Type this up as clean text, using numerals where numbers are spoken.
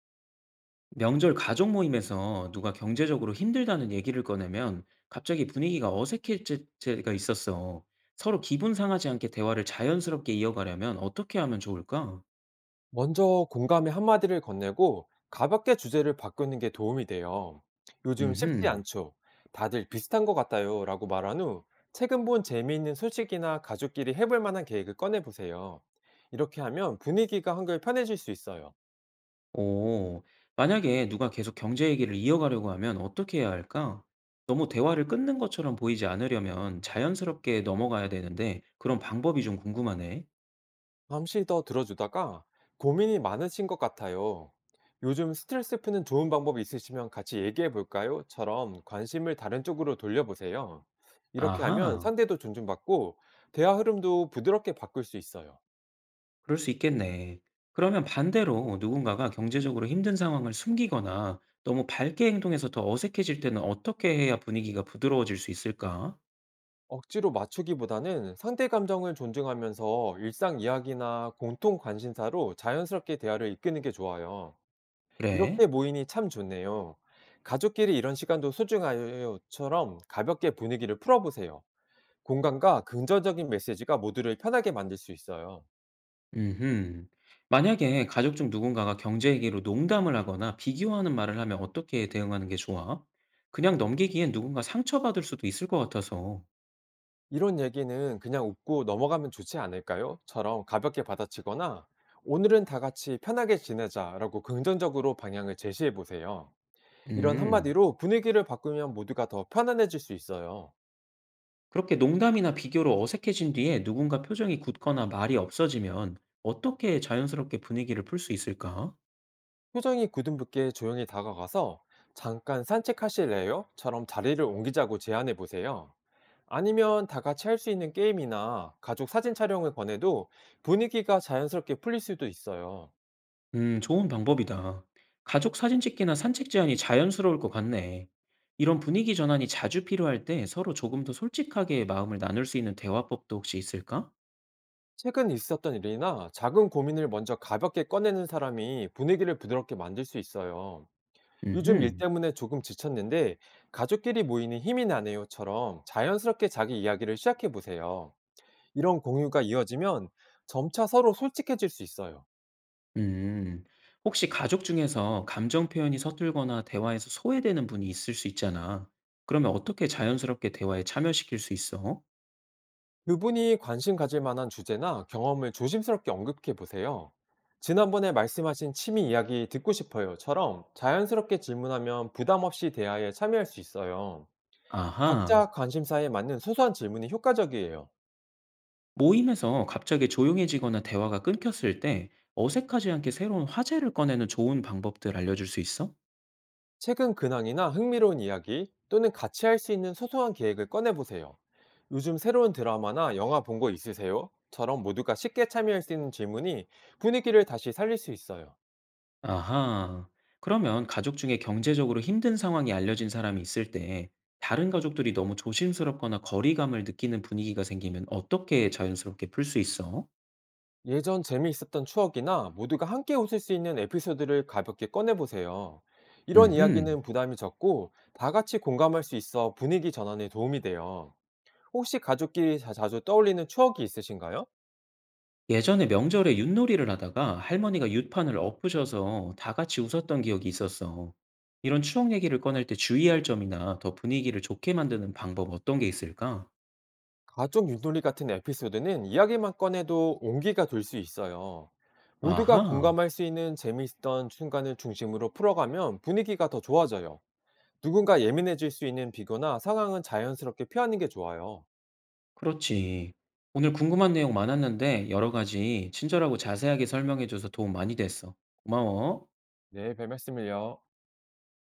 명절 가족 모임에서 누가 경제적으로 힘들다는 얘기를 꺼내면 갑자기 분위기가 어색해질 때가 있었어. 서로 기분 상하지 않게 대화를 자연스럽게 이어가려면 어떻게 하면 좋을까? 먼저 공감의 한마디를 건네고 가볍게 주제를 바꾸는 게 도움이 돼요. 요즘 쉽지 음흠. 않죠. 다들 비슷한 것 같아요. 라고 말한 후 최근 본 재미있는 소식이나 가족끼리 해볼 만한 계획을 꺼내보세요. 이렇게 하면 분위기가 한결 편해질 수 있어요. 오, 만약에 누가 계속 경제 얘기를 이어가려고 하면 어떻게 해야 할까? 너무 대화를 끊는 것처럼 보이지 않으려면 자연스럽게 넘어가야 되는데 그런 방법이 좀 궁금하네. 잠시 더 들어주다가 고민이 많으신 것 같아요. 요즘 스트레스 푸는 좋은 방법이 있으시면 같이 얘기해 볼까요? 처럼 관심을 다른 쪽으로 돌려보세요. 이렇게 하면 아하. 상대도 존중받고 대화 흐름도 부드럽게 바꿀 수 있어요. 그럴 수 있겠네. 그러면 반대로 누군가가 경제적으로 힘든 상황을 숨기거나 너무 밝게 행동해서 더 어색해질 때는 어떻게 해야 분위기가 부드러워질 수 있을까? 억지로 맞추기보다는 상대 감정을 존중하면서 일상 이야기나 공통 관심사로 자연스럽게 대화를 이끄는 게 좋아요. 그래? 이렇게 모이니 참 좋네요. 가족끼리 이런 시간도 소중하요처럼 가볍게 분위기를 풀어보세요. 공감과 긍정적인 메시지가 모두를 편하게 만들 수 있어요. 음, 만약에 가족 중 누군가가 경제 얘기로 농담을 하거나 비교하는 말을 하면 어떻게 대응하는 게 좋아? 그냥 넘기기엔 누군가 상처받을 수도 있을 것 같아서. "이런 얘기는 그냥 웃고 넘어가면 좋지 않을까요? 처럼 가볍게 받아치거나 "오늘은 다 같이 편하게 지내자."라고 긍정적으로 방향을 제시해 보세요. 이런 음. 한마디로 분위기를 바꾸면 모두가 더 편안해질 수 있어요. 그렇게 농담이나 비교로 어색해진 뒤에 누군가 표정이 굳거나 말이 없어지면 어떻게 자연스럽게 분위기를 풀 수 있을까? 표정이 굳은 붓게 조용히 다가가서 "잠깐 산책하실래요?"처럼 자리를 옮기자고 제안해 보세요. 아니면 다 같이 할 수 있는 게임이나 가족 사진 촬영을 권해도 분위기가 자연스럽게 풀릴 수도 있어요. 좋은 방법이다. 가족 사진 찍기나 산책 제안이 자연스러울 것 같네. 이런 분위기 전환이 자주 필요할 때 서로 조금 더 솔직하게 마음을 나눌 수 있는 대화법도 혹시 있을까? 최근 있었던 일이나 작은 고민을 먼저 가볍게 꺼내는 사람이 분위기를 부드럽게 만들 수 있어요. 요즘 일 음, 때문에 조금 지쳤는데 가족끼리 모이는 힘이 나네요처럼 자연스럽게 자기 이야기를 시작해 보세요. 이런 공유가 이어지면 점차 서로 솔직해질 수 있어요. 음. 혹시 가족 중에서 감정 표현이 서툴거나 대화에서 소외되는 분이 있을 수 있잖아. 그러면 어떻게 자연스럽게 대화에 참여시킬 수 있어? 그분이 관심 가질 만한 주제나 경험을 조심스럽게 언급해 보세요. 지난번에 말씀하신 취미 이야기 듣고 싶어요.처럼 자연스럽게 질문하면 부담 없이 대화에 참여할 수 있어요. 아하. 각자 관심사에 맞는 소소한 질문이 효과적이에요. 모임에서 갑자기 조용해지거나 대화가 끊겼을 때 어색하지 않게 새로운 화제를 꺼내는 좋은 방법들 알려줄 수 있어? 최근 근황이나 흥미로운 이야기 또는 같이 할 수 있는 소소한 계획을 꺼내보세요. 요즘 새로운 드라마나 영화 본 거 있으세요? 처럼 모두가 쉽게 참여할 수 있는 질문이 분위기를 다시 살릴 수 있어요. 아하. 그러면 가족 중에 경제적으로 힘든 상황이 알려진 사람이 있을 때 다른 가족들이 너무 조심스럽거나 거리감을 느끼는 분위기가 생기면 어떻게 자연스럽게 풀 수 있어? 예전 재미있었던 추억이나 모두가 함께 웃을 수 있는 에피소드를 가볍게 꺼내보세요. 이런 음흠. 이야기는 부담이 적고 다 같이 공감할 수 있어 분위기 전환에 도움이 돼요. 혹시 가족끼리 자주 떠올리는 추억이 있으신가요? 예전에 명절에 윷놀이를 하다가 할머니가 윷판을 엎으셔서 다 같이 웃었던 기억이 있었어. 이런 추억 얘기를 꺼낼 때 주의할 점이나 더 분위기를 좋게 만드는 방법 어떤 게 있을까? 가족 윷놀이 같은 에피소드는 이야기만 꺼내도 온기가 돌 수 있어요. 모두가 아하. 공감할 수 있는 재미있던 순간을 중심으로 풀어가면 분위기가 더 좋아져요. 누군가 예민해질 수 있는 비교나 상황은 자연스럽게 피하는 게 좋아요. 그렇지. 오늘 궁금한 내용 많았는데 여러 가지 친절하고 자세하게 설명해줘서 도움 많이 됐어. 고마워. 네, 별 말씀을요.